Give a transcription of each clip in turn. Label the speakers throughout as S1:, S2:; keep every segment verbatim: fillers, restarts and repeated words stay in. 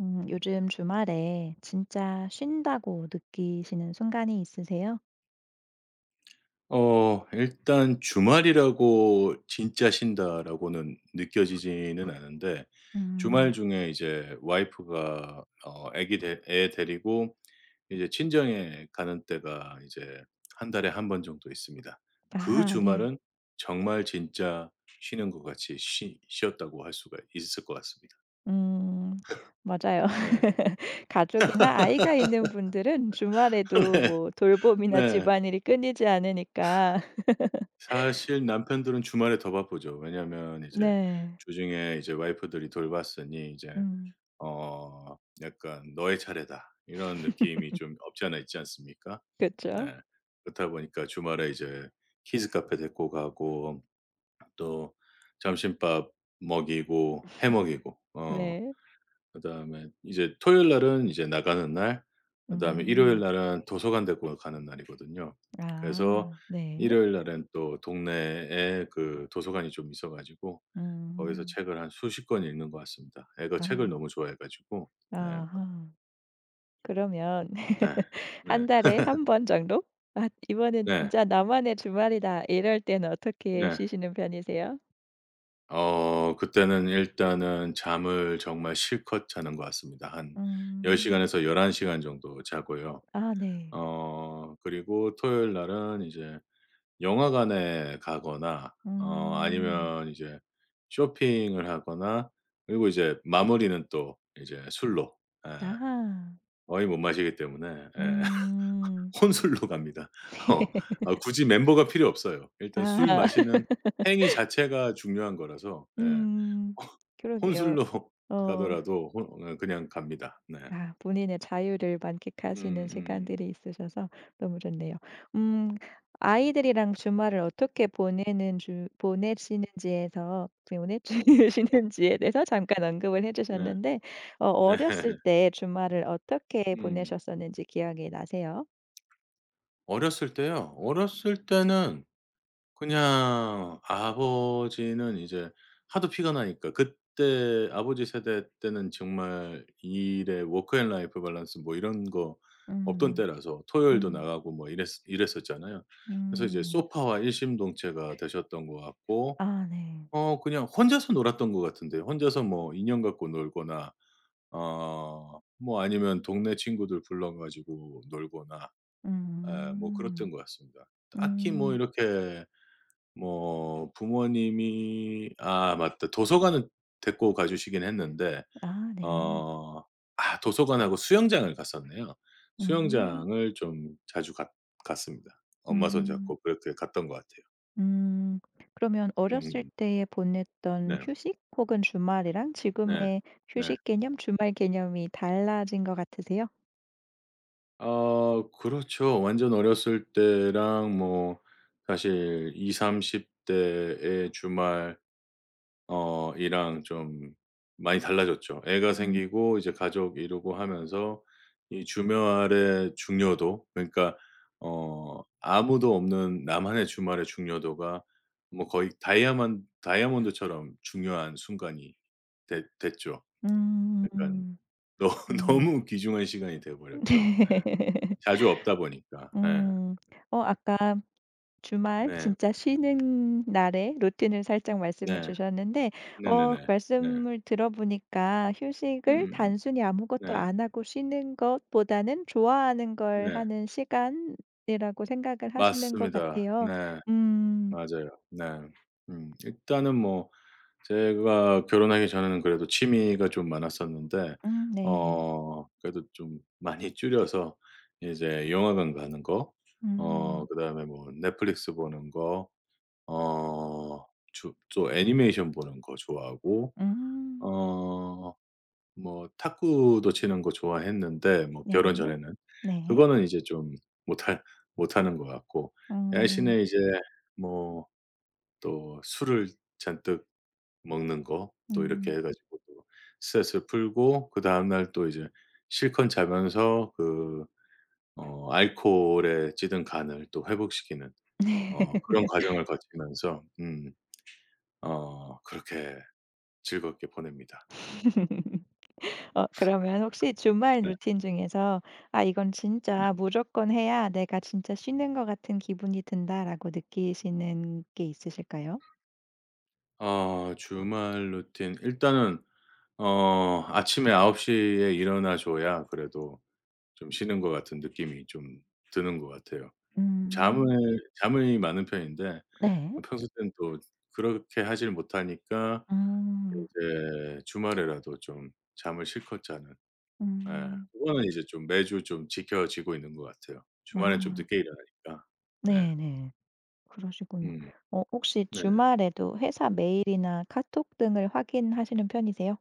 S1: 음, 요즘 주말에 진짜 쉰다고 느끼시는 순간이 있으세요?
S2: 어 일단 '주말이라고 진짜 쉰다.'라고는 느껴지지는 않은데,
S1: 음.
S2: 주말 중에 이제 와이프가 어 아기 데 애 데리고 이제 친정에 가는 때가 이제 한 달에 한 번 정도 있습니다. 그
S1: 아, 네.
S2: 주말은 정말 진짜 쉬는 것 같이 쉬 쉬었다고 할 수가 있을 것 같습니다.
S1: 음, 맞아요.
S2: 네.
S1: 가족이나 아이가 있는 분들은 주말에도
S2: 네.
S1: 뭐 돌봄이나
S2: 네.
S1: 집안일이 끊이지 않으니까.
S2: 사실 남편들은 주말에 더 바쁘죠. 왜냐하면 이제
S1: 네.
S2: 주중에 이제 와이프들이 돌봤으니 이제
S1: 음,
S2: 어 약간 '너의 차례다.' 이런 느낌이 좀 없지 않아 있지 않습니까?
S1: 그렇죠.
S2: 예. 그렇다 보니까 주말에 이제 키즈 카페 데리고 가고, 또 점심밥 먹이고 해 먹이고 어
S1: 네.
S2: 그다음에 이제 토요일 날은 이제 나가는 날, 그다음에 일요일
S1: 음.
S2: 날은 도서관 데리고 가는 날이거든요. 그래서
S1: 아, 네.
S2: 일요일 날은 또 동네에 그 도서관이 좀 있어 가지고 거기서
S1: 음.
S2: 책을 한 수십 권 읽는 것 같습니다. 애가
S1: 아,
S2: 책을 너무 좋아해 가지고. 네.
S1: 아하. 그러면
S2: 네. 네.
S1: 한 달에 한 번 정도? '아 이번엔
S2: 네.
S1: 진짜 나만의 주말이다.' 이럴 때는 어떻게
S2: 네.
S1: 쉬시는 편이세요?
S2: 어 그때는 일단은 잠을 정말 실컷 자는 것 같습니다. 한 열
S1: 음.
S2: 시간에서 열한 시간 정도 자고요.
S1: 아, 네.
S2: 어 그리고 토요일 날은 이제 영화관에 가거나 어
S1: 음.
S2: 아니면 이제 쇼핑을 하거나, 그리고 이제 마무리는 또 이제 술로. 예.
S1: 아하.
S2: 거의 못 마시기 때문에. 예.
S1: 음.
S2: 혼술로 갑니다. 어. 아, 굳이 멤버가 필요 없어요. 일단 술
S1: 아.
S2: 마시는 행위 자체가 중요한 거라서. 예.
S1: 음.
S2: 혼
S1: 그러게요.
S2: 술로
S1: 어.
S2: 가더라도 혼 어 그냥 갑니다. 네.
S1: 아, 본인의 자유를 만끽하시는
S2: 음음.
S1: 시간들이 있으셔서 너무 좋네요. 음, 아이들이랑 주말을 어떻게 보내는 주 보내시는지에서 보내시는지에 대해서 잠깐 언급을 해
S2: 네.
S1: 주셨는데 어
S2: 네.
S1: 어렸을 때 주말을 어떻게
S2: 음.
S1: 보내셨었는지 기억이 나세요?
S2: 어렸을 때요? 어렸을 때는 그냥 아버지는 이제 하도 피가 나니까, 그때 아버지 세대 때는 정말 일에 워크 앤 라이프 밸런스 뭐 이런 거 없던
S1: 음.
S2: 때라서 토요일도
S1: 음.
S2: 나가고 뭐 이랬 이랬었잖아요. 그래서 이제
S1: 음.
S2: 소파와 일심동체가 되셨던 것 같고,
S1: 아, 네.
S2: 어 그냥 혼자서 놀았던 것 같은데, 혼자서 뭐 인형 갖고 놀거나 어 뭐 아니면 동네 친구들 불러 가지고 놀거나, 에 뭐
S1: 음.
S2: 그랬던 것 같습니다. 딱히 뭐
S1: 음.
S2: 이렇게 뭐 부모님이. 아, 맞다. 도서관은 데리고 가 주시긴 했는데
S1: 아, 네.
S2: 어 아, 도서관하고 수영장을 갔었네요.
S1: 음.
S2: 수영장을 좀 자주 갔 갔습니다. 엄마
S1: 음.
S2: 손잡고 그렇게 갔던 것 같아요.
S1: 음. 그러면 어렸을
S2: 음음.
S1: 때에
S2: 네.
S1: 보냈던 휴식 혹은 주말이랑
S2: 네.
S1: 지금의
S2: 네.
S1: 휴식 개념, 주말 개념이 달라진 것 같으세요?
S2: 어 그렇죠. 완전 어렸을 때랑 뭐 사실 이삼십 대 대의 주말 어 이랑 좀 많이 달라졌죠. 애가
S1: 음.
S2: 생기고 이제 가족 이루고 하면서 이 주말의 중요도, 그러니까 어 아무도 없는 나만의 주말의 중요도가 뭐 거의 다이아몬 다이아몬드처럼 중요한 순간이 됐 됐죠. 약간
S1: 음.
S2: 너
S1: 그러네요.
S2: 너무 귀중한 시간이 돼 버렸죠. 네. 자주 없다 보니까. 예.
S1: 음. 어 아까 주말
S2: 네.
S1: 진짜 쉬는 날에 루틴을 살짝 말씀해
S2: 네.
S1: 주셨는데 어
S2: 네네네. 네.
S1: 말씀을 들어보니까 휴식을
S2: 음음음.
S1: 단순히
S2: 네. 음, 음,
S1: 아무것도
S2: 음. 네.
S1: 안 하고 쉬는 것보다는 좋아하는 걸
S2: 네,
S1: 하는 시간이라고 생각을 하시는 것
S2: 맞습니다.
S1: 같아요.
S2: 네.
S1: 음.
S2: 맞아요. 네. 음, 일단은 뭐 제가 결혼하기 전에는 그래도 취미가 좀 많았었는데
S1: 음, 네.
S2: 어 그래도 좀 많이 줄여서 이제 영화관 가는 거, 어
S1: 음.
S2: 그다음에 뭐 넷플릭스 보는 거, 어 주 또 애니메이션 보는 거 좋아하고
S1: 음.
S2: 어 뭐 탁구도 치는 거 좋아했는데 뭐
S1: 네.
S2: 결혼 전에는.
S1: 네.
S2: 그거는 이제 좀 못할 못하는 것 같고,
S1: 음.
S2: 대신에 이제 뭐 또 술을 잔뜩 먹는 거 또 이렇게
S1: 음.
S2: 해 가지고 또 스트레스를 풀고, 그다음 날 또 이제 실컷 자면서 그 어 알코올에 찌든 간을 또 회복시키는 어 그런 과정을 거치면서 음 어 그렇게 즐겁게 보냅니다.
S1: 네. 어 그러면 혹시 주말 루틴 중에서 '아 이건
S2: 네네.
S1: 진짜 무조건 해야 내가 진짜 쉬는 것 같은 기분이 든다.'라고 느끼시는 게 있으실까요?
S2: 어 주말 루틴, 일단은 어 아침에 아홉 시에 일어나 줘야 그래도 좀 쉬는 것 같은 느낌이 좀 드는 것 같아요. 잠을
S1: 음,
S2: 잠이 많은 편인데
S1: 네.
S2: 평소 때는 또 그렇게 하질 못하니까
S1: 음.
S2: 이제 주말에라도 좀 잠을 실컷 자는, 예,
S1: 음.
S2: 그거는 이제 좀 매주 좀 지켜지고 있는 것 같아요. 주말엔 좀
S1: 아.
S2: 늦게 일어나니까. 네.
S1: 네네. 그러시군요.
S2: 음.
S1: 어 혹시
S2: 네네.
S1: 주말에도 회사 메일이나 카톡 등을 확인하시는 편이세요?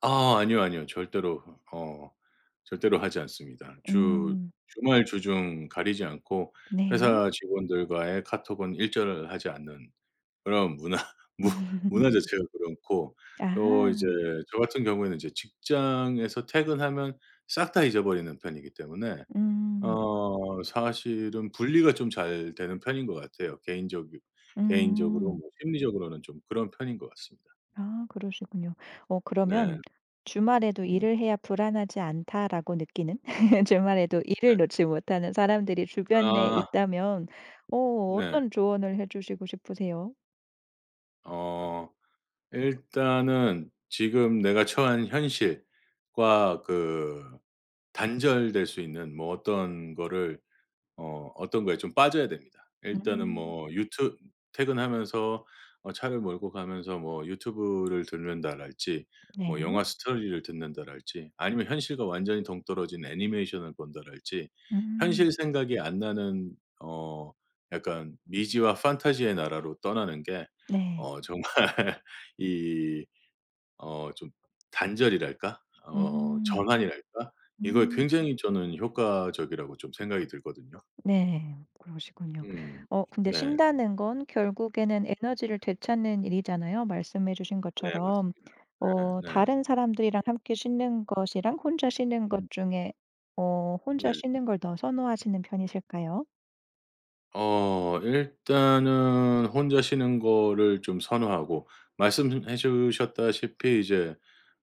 S2: 아, 아니요, 아니요. 절대로 어 절대로 하지 않습니다. 주
S1: 음,
S2: 주말, 주중 가리지 않고
S1: 네.
S2: 회사 직원들과의 카톡은 일절하지 않는 그런 문화. 무 문화 자체가 그렇고, 또 이제
S1: 아.
S2: 저 같은 경우에는 이제 직장에서 퇴근하면 싹 다 잊어버리는 편이기 때문에
S1: 음.
S2: 어 사실은 분리가 좀 잘 되는 편인 것 같아요. 개인적 개인적으로
S1: 음.
S2: 뭐 심리적으로는 좀 그런 편인 것 같습니다.
S1: 아, 그러시군요. 어
S2: 네.
S1: 그러면 주말에도
S2: 음.
S1: '일을 해야 불안하지 않다.'라고 느끼는 주말에도 일을 놓지 못하는 사람들이 주변에
S2: 아,
S1: 있다면 어
S2: 네.
S1: 어떤 조언을 해 주시고 싶으세요?
S2: 어 일단은 지금 내가 처한 현실과 그 단절될 수 있는 뭐 어떤 거를, 어 어떤 거에 좀 빠져야 됩니다. 일단은 음,
S1: 음.
S2: 뭐 유튜 퇴근하면서 어 차를 몰고 가면서 뭐 유튜브를 듣는다랄지, 뭐
S1: 네.
S2: 영화 스토리를 듣는다랄지, 아니면 현실과 완전히 동떨어진 애니메이션을 본다랄지.
S1: 음.
S2: 현실 생각이 안 나는 어 약간 미지와 판타지의 나라로 떠나는 게
S1: 네.
S2: 어 정말 이 어 좀 단절이랄까? 어
S1: 음.
S2: 전환이랄까? 이거
S1: 음.
S2: 굉장히 저는 효과적이라고 좀 생각이 들거든요.
S1: 네. 그러시군요.
S2: 음.
S1: 어 근데
S2: 네.
S1: 쉰다는 건 결국에는 에너지를 되찾는 일이잖아요, 말씀해 주신
S2: 네,
S1: 것처럼.
S2: 맞습니다.
S1: 어
S2: 네. 네.
S1: 다른 사람들이랑 함께 쉬는 것이랑 혼자 쉬는 것
S2: 음.
S1: 중에 어 혼자
S2: 네.
S1: 쉬는 걸 더 선호하시는 편이실까요?
S2: 어 일단은 혼자 쉬는 거를 좀 선호하고, 말씀해 주셨다시피 이제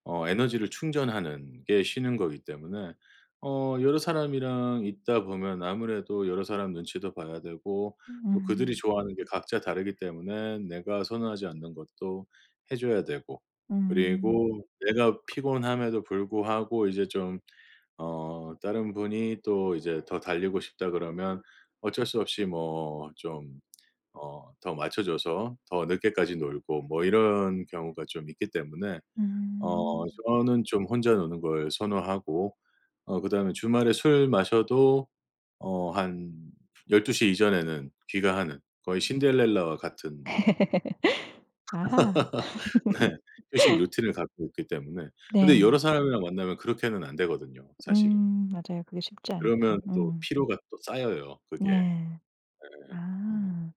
S2: 어 에너지를 충전하는 게 쉬는 거기 때문에 어 여러 사람이랑 있다 보면 아무래도 여러 사람 눈치도 봐야 되고, 또 그들이
S1: 음.
S2: 좋아하는 게 각자 다르기 때문에 내가 선호하지 않는 것도 해 줘야 되고,
S1: 음.
S2: 그리고 내가 피곤함에도 불구하고 이제 좀 어 다른 분이 또 이제 더 달리고 싶다 그러면 어쩔 수 없이 뭐 좀 어 더 맞춰 줘서 더 늦게까지 놀고 뭐 이런 경우가 좀 있기 때문에 어
S1: 음.
S2: 저는 좀 혼자 노는 걸 선호하고, 어 그다음에 주말에 술 마셔도 어 한 열두 시 이전에는 귀가하는, 거의 신데렐라와 같은
S1: 아하.
S2: 네 휴식 루틴을 갖고 있기 때문에. 근데 여러
S1: 네.
S2: 사람이랑 만나면 그렇게는 안 되거든요, 사실은.
S1: 음, 맞아요. 그게 쉽지 않죠.
S2: 그러면 또
S1: 음.
S2: 피로가 또 쌓여요, 그게.
S1: 네.
S2: 네. 음.
S1: 아.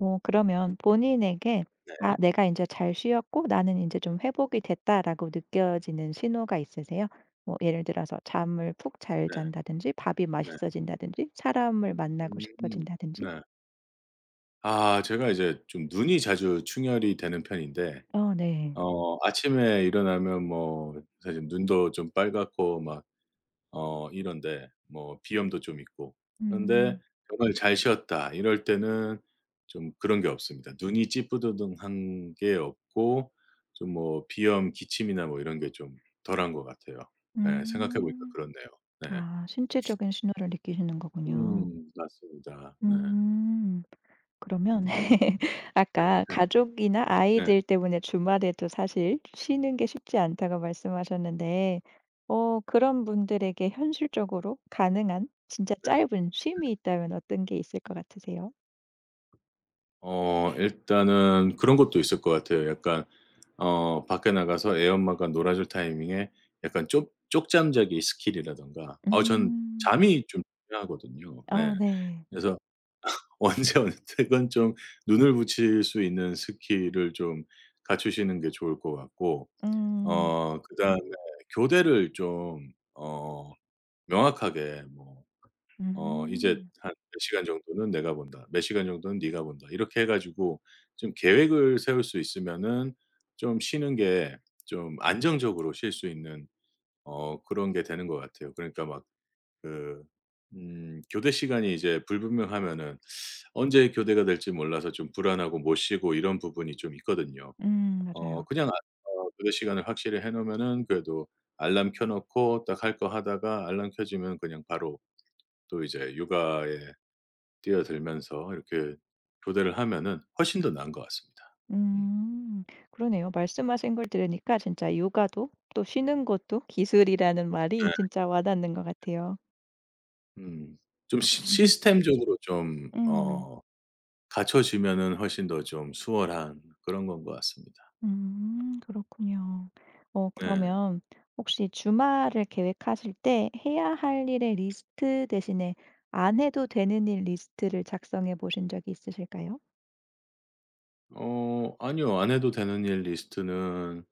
S1: 어 그러면 본인에게
S2: 네.
S1: '아 내가 이제 잘 쉬었고 나는 이제 좀 회복이 됐다.'라고 느껴지는 신호가 있으세요? 뭐 예를 들어서 잠을 푹 잘
S2: 네.
S1: 잔다든지 밥이
S2: 네.
S1: 맛있어진다든지 사람을 만나고
S2: 음.
S1: 싶어진다든지?
S2: 네. 아, 제가 이제 좀 눈이 자주 충혈이 되는 편인데
S1: 어, 네.
S2: 어 아침에 일어나면 뭐 사실 눈도 좀 빨갛고 막 어 이런데, 뭐 비염도 좀 있고. 그런데 음,
S1: 음.
S2: 정말 잘 쉬었다 이럴 때는 좀 그런 게 없습니다. 눈이 찌뿌드둥한 게 없고, 좀 뭐 비염, 기침이나 뭐 이런 게 좀 덜한 것 같아요. 네, 생각해 보니까
S1: 음.
S2: 그렇네요. 네.
S1: 아, 신체적인 신호를 느끼시는 거군요.
S2: 음, 맞습니다. 네.
S1: 음. 그러면
S2: 음.
S1: 아까
S2: 네.
S1: 가족이나
S2: 네.
S1: 아이들 때문에 주말에도 사실 쉬는 게 쉽지 않다고 말씀하셨는데 어 그런 분들에게 현실적으로 가능한 진짜
S2: 네.
S1: 짧은 쉼이 있다면 어떤 게 있을 것 같으세요?
S2: 어 일단은 그런 것도 있을 것 같아요. 약간 어 밖에 나가서 애 엄마가 놀아줄 타이밍에 약간 쪽 쪽잠 자기 스킬이라든가 어 전
S1: 음.
S2: 잠이 좀 중요하거든요. 네.
S1: 아, 네.
S2: 그래서 언제 어느 때건 좀 눈을 붙일 수 있는 스킬을 좀 갖추시는 게 좋을 것 같고,
S1: 음.
S2: 어 그다음에 교대를 좀 어 명확하게 뭐 어 이제
S1: 음.
S2: 한 몇 시간 정도는 내가 본다, 몇 시간 정도는 네가 본다, 이렇게 해 가지고 좀 계획을 세울 수 있으면은 좀 쉬는 게 좀 안정적으로 쉴 수 있는 어 그런 게 되는 것 같아요. 그러니까 막 그 음 교대 시간이 이제 불분명하면은 언제 교대가 될지 몰라서 좀 불안하고 못 쉬고 이런 부분이 좀 있거든요.
S1: 음,
S2: 어
S1: 맞아요.
S2: 그냥 아 어 교대 시간을 확실히 해 놓으면은 그래도 알람 켜 놓고 딱 할 거 하다가 알람 켜지면 그냥 바로 또 이제 육아에 뛰어들면서 이렇게 교대를 하면은 훨씬 더 나은 것 같습니다. 음.
S1: 음. 그러네요. 말씀하신 걸 들으니까 진짜 육아도 또 쉬는 것도 기술이라는 말이
S2: 네.
S1: 진짜 와닿는 것 같아요.
S2: 음. 좀 시 시스템적으로 좀
S1: 음.
S2: 어 갖춰지면은 훨씬 더 좀 수월한 그런 건 것 같습니다.
S1: 음, 그렇군요. 어
S2: 네.
S1: 그러면 혹시 주말을 계획하실 때 해야 할 일의 리스트 대신에 안 해도 되는 일 리스트를 작성해 보신 적이 있으실까요?
S2: 어 아니요. 안 해도 되는 일 리스트는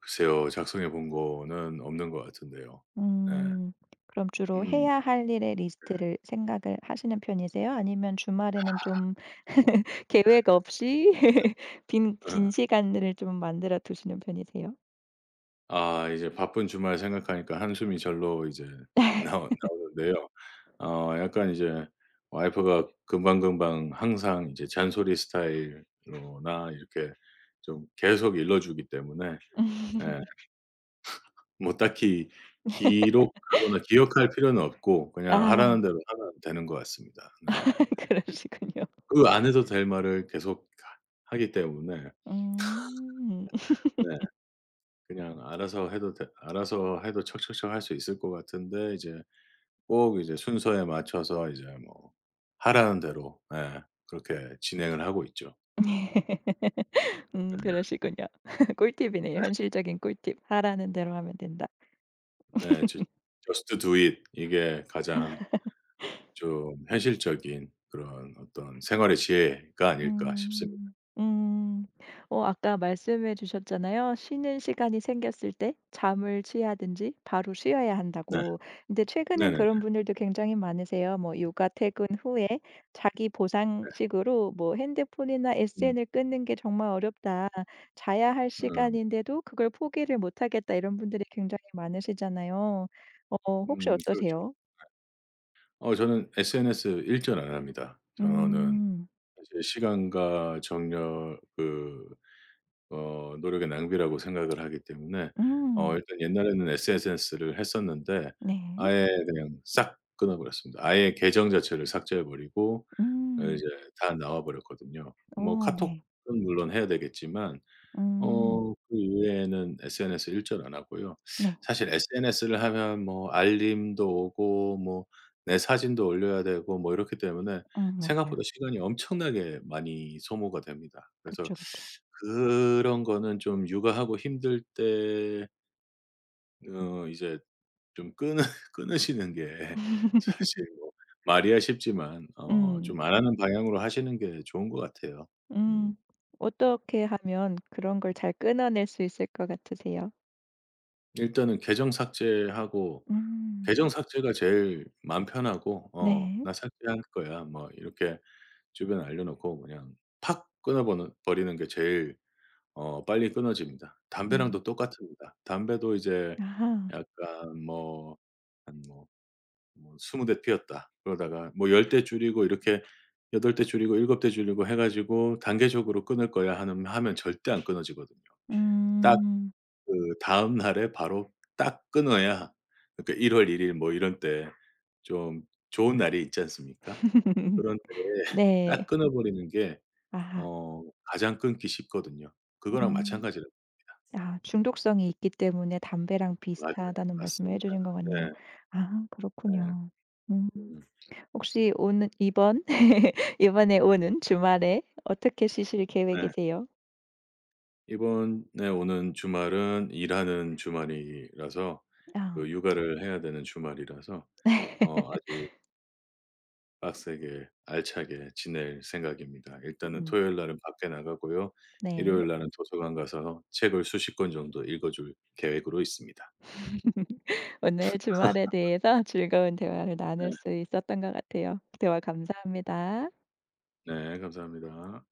S2: 글쎄요, 작성해 본 거는 없는 것 같은데요. 네.
S1: 음. 그럼 주로
S2: 음.
S1: 해야 할 일의 리스트를 생각을 하시는 편이세요? 아니면 주말에는 좀 계획 없이 빈 빈
S2: 예.
S1: 시간을 좀 만들어 두시는 편이세요?
S2: 아, 이제 바쁜 주말 생각하니까 한숨이 절로 이제 나오 나오는데요. 어 약간 이제 와이프가 금방금방 항상 이제 잔소리 스타일로나 이렇게 좀 계속 일러 주기 때문에 예, 뭐 딱히 기록하거나 기억할 필요는 없고 그냥
S1: 아.
S2: 하라는 대로 하면 되는 것 같습니다. 네.
S1: 그러시군요.
S2: 그 안 해도 될 말을 계속 하 하기 때문에
S1: 음.
S2: 네, 그냥 알아서 해도 되 알아서 해도 척척척 할 수 있을 것 같은데, 이제 꼭 이제 순서에 맞춰서 이제 뭐 하라는 대로, 예, 그렇게 진행을 하고 있죠.
S1: 음, 그러시군요. 꿀팁이네요. 현실적인 꿀팁. "하라는 대로 하면 된다."
S2: 네. 저 Just do it, 이게 가장 좀 현실적인 그런 어떤 생활의 지혜가 아닐까 싶습니다.
S1: 음. 음. 어 아까 말씀해 주셨잖아요. 쉬는 시간이 생겼을 때 잠을 취하든지 바로 쉬어야
S2: 네.
S1: 한다고. 근데 최근엔
S2: 네네.
S1: 그런 분들도 굉장히 많으세요. 뭐 육아 퇴근 후에 자기 보상식으로 뭐 "핸드폰이나
S2: 음.
S1: 에스엔을 끊는 게 정말 어렵다. 자야 할
S2: 음.
S1: 시간인데도 그걸 포기를 못 하겠다." 이런 분들이 굉장히 많으시잖아요. 어 혹시
S2: 음, 그렇죠.
S1: 어떠세요?
S2: 어 저는 에스엔에스 일전 안 합니다. 저는
S1: 음.
S2: 사실 시간과 정력 그 어 노력의 낭비라고 생각을 하기 때문에 어
S1: 음.
S2: 일단 옛날에는 에스엔에스를 했었는데
S1: 네.
S2: 아예 그냥 싹 끊어 버렸습니다. 아예 계정 자체를 삭제해 버리고 어
S1: 음.
S2: 이제 다 나와 버렸거든요. 뭐
S1: 어,
S2: 카톡은
S1: 네.
S2: 물론 해야 되겠지만
S1: 음.
S2: 어 그 이외에는 에스엔에스 일절 안 하고요.
S1: 네.
S2: 사실 에스엔에스를 하면 뭐 알림도 오고 뭐 내 사진도 올려야 되고 뭐 이렇기 때문에
S1: 음, 맞아요.
S2: 생각보다 시간이 엄청나게 많이 소모가 됩니다. 그래서
S1: 그쵸, 그쵸.
S2: 그런 거는 좀 육아하고 힘들 때 어 이제 좀 끊으 끊으시는 게 사실 뭐 말이야 쉽지만 어
S1: 음.
S2: 좀 안 하는 방향으로 하시는 게 좋은 것 같아요. 음.
S1: 음. 어떻게 하면 그런 걸 잘 끊어낼 수 있을 것 같으세요?
S2: 일단은 계정 삭제하고,
S1: 음.
S2: 계정 삭제가 제일 마음 편하고 어
S1: 네.
S2: "나 삭제한 거야." 뭐 이렇게 주변에 알려놓고 그냥 팍 끊어 버는 버리는 게 제일 어 빨리 끊어집니다. 담배랑도
S1: 음.
S2: 똑같습니다. 담배도 이제
S1: 아하.
S2: 약간 뭐 한 뭐 뭐 스무 대 피웠다 그러다가 뭐 열 대 줄이고 이렇게 여덟 대 줄이고 일곱 대 줄이고 해 가지고 단계적으로 끊을 거야 하는 하면 절대 안 끊어지거든요. 딱
S1: 음.
S2: 그 다음 날에 바로 딱 끊어야. 그러니까 일 월 일 일 뭐 이런 때 좀 좋은 날이 있지 않습니까? 그런 때에
S1: 네.
S2: 딱 끊어 버리는 게
S1: 아하.
S2: 어 가장 끊기 쉽거든요. 그거랑
S1: 음.
S2: 마찬가지라고 봅니다.
S1: 아, 중독성이 있기 때문에 담배랑
S2: 맞아요.
S1: 비슷하다는 말씀을 해
S2: 맞습니다.
S1: 주신 것 같네요.
S2: 네.
S1: 아,
S2: 네.
S1: 그렇군요. 음.
S2: 음.
S1: 혹시 오는 이번 이번에 오는 주말에 어떻게 쉬실
S2: 네.
S1: 계획이세요?
S2: 이번에 오는 주말은 일하는 주말이라서,
S1: 아.
S2: 그 육아를 해야 되는 주말이라서 어 아주 빡세게 알차게 지낼 생각입니다. 일단은
S1: 음,
S2: 토요일 날은 밖에 나가고요.
S1: 네.
S2: 일요일 날은 도서관 가서 책을 수십 권 정도 읽어 줄 계획으로 있습니다.
S1: 오늘 주말에 대해서 즐거운 대화를
S2: 네.
S1: 나눌 수 있었던 것 같아요. 대화 감사합니다.
S2: 네, 감사합니다.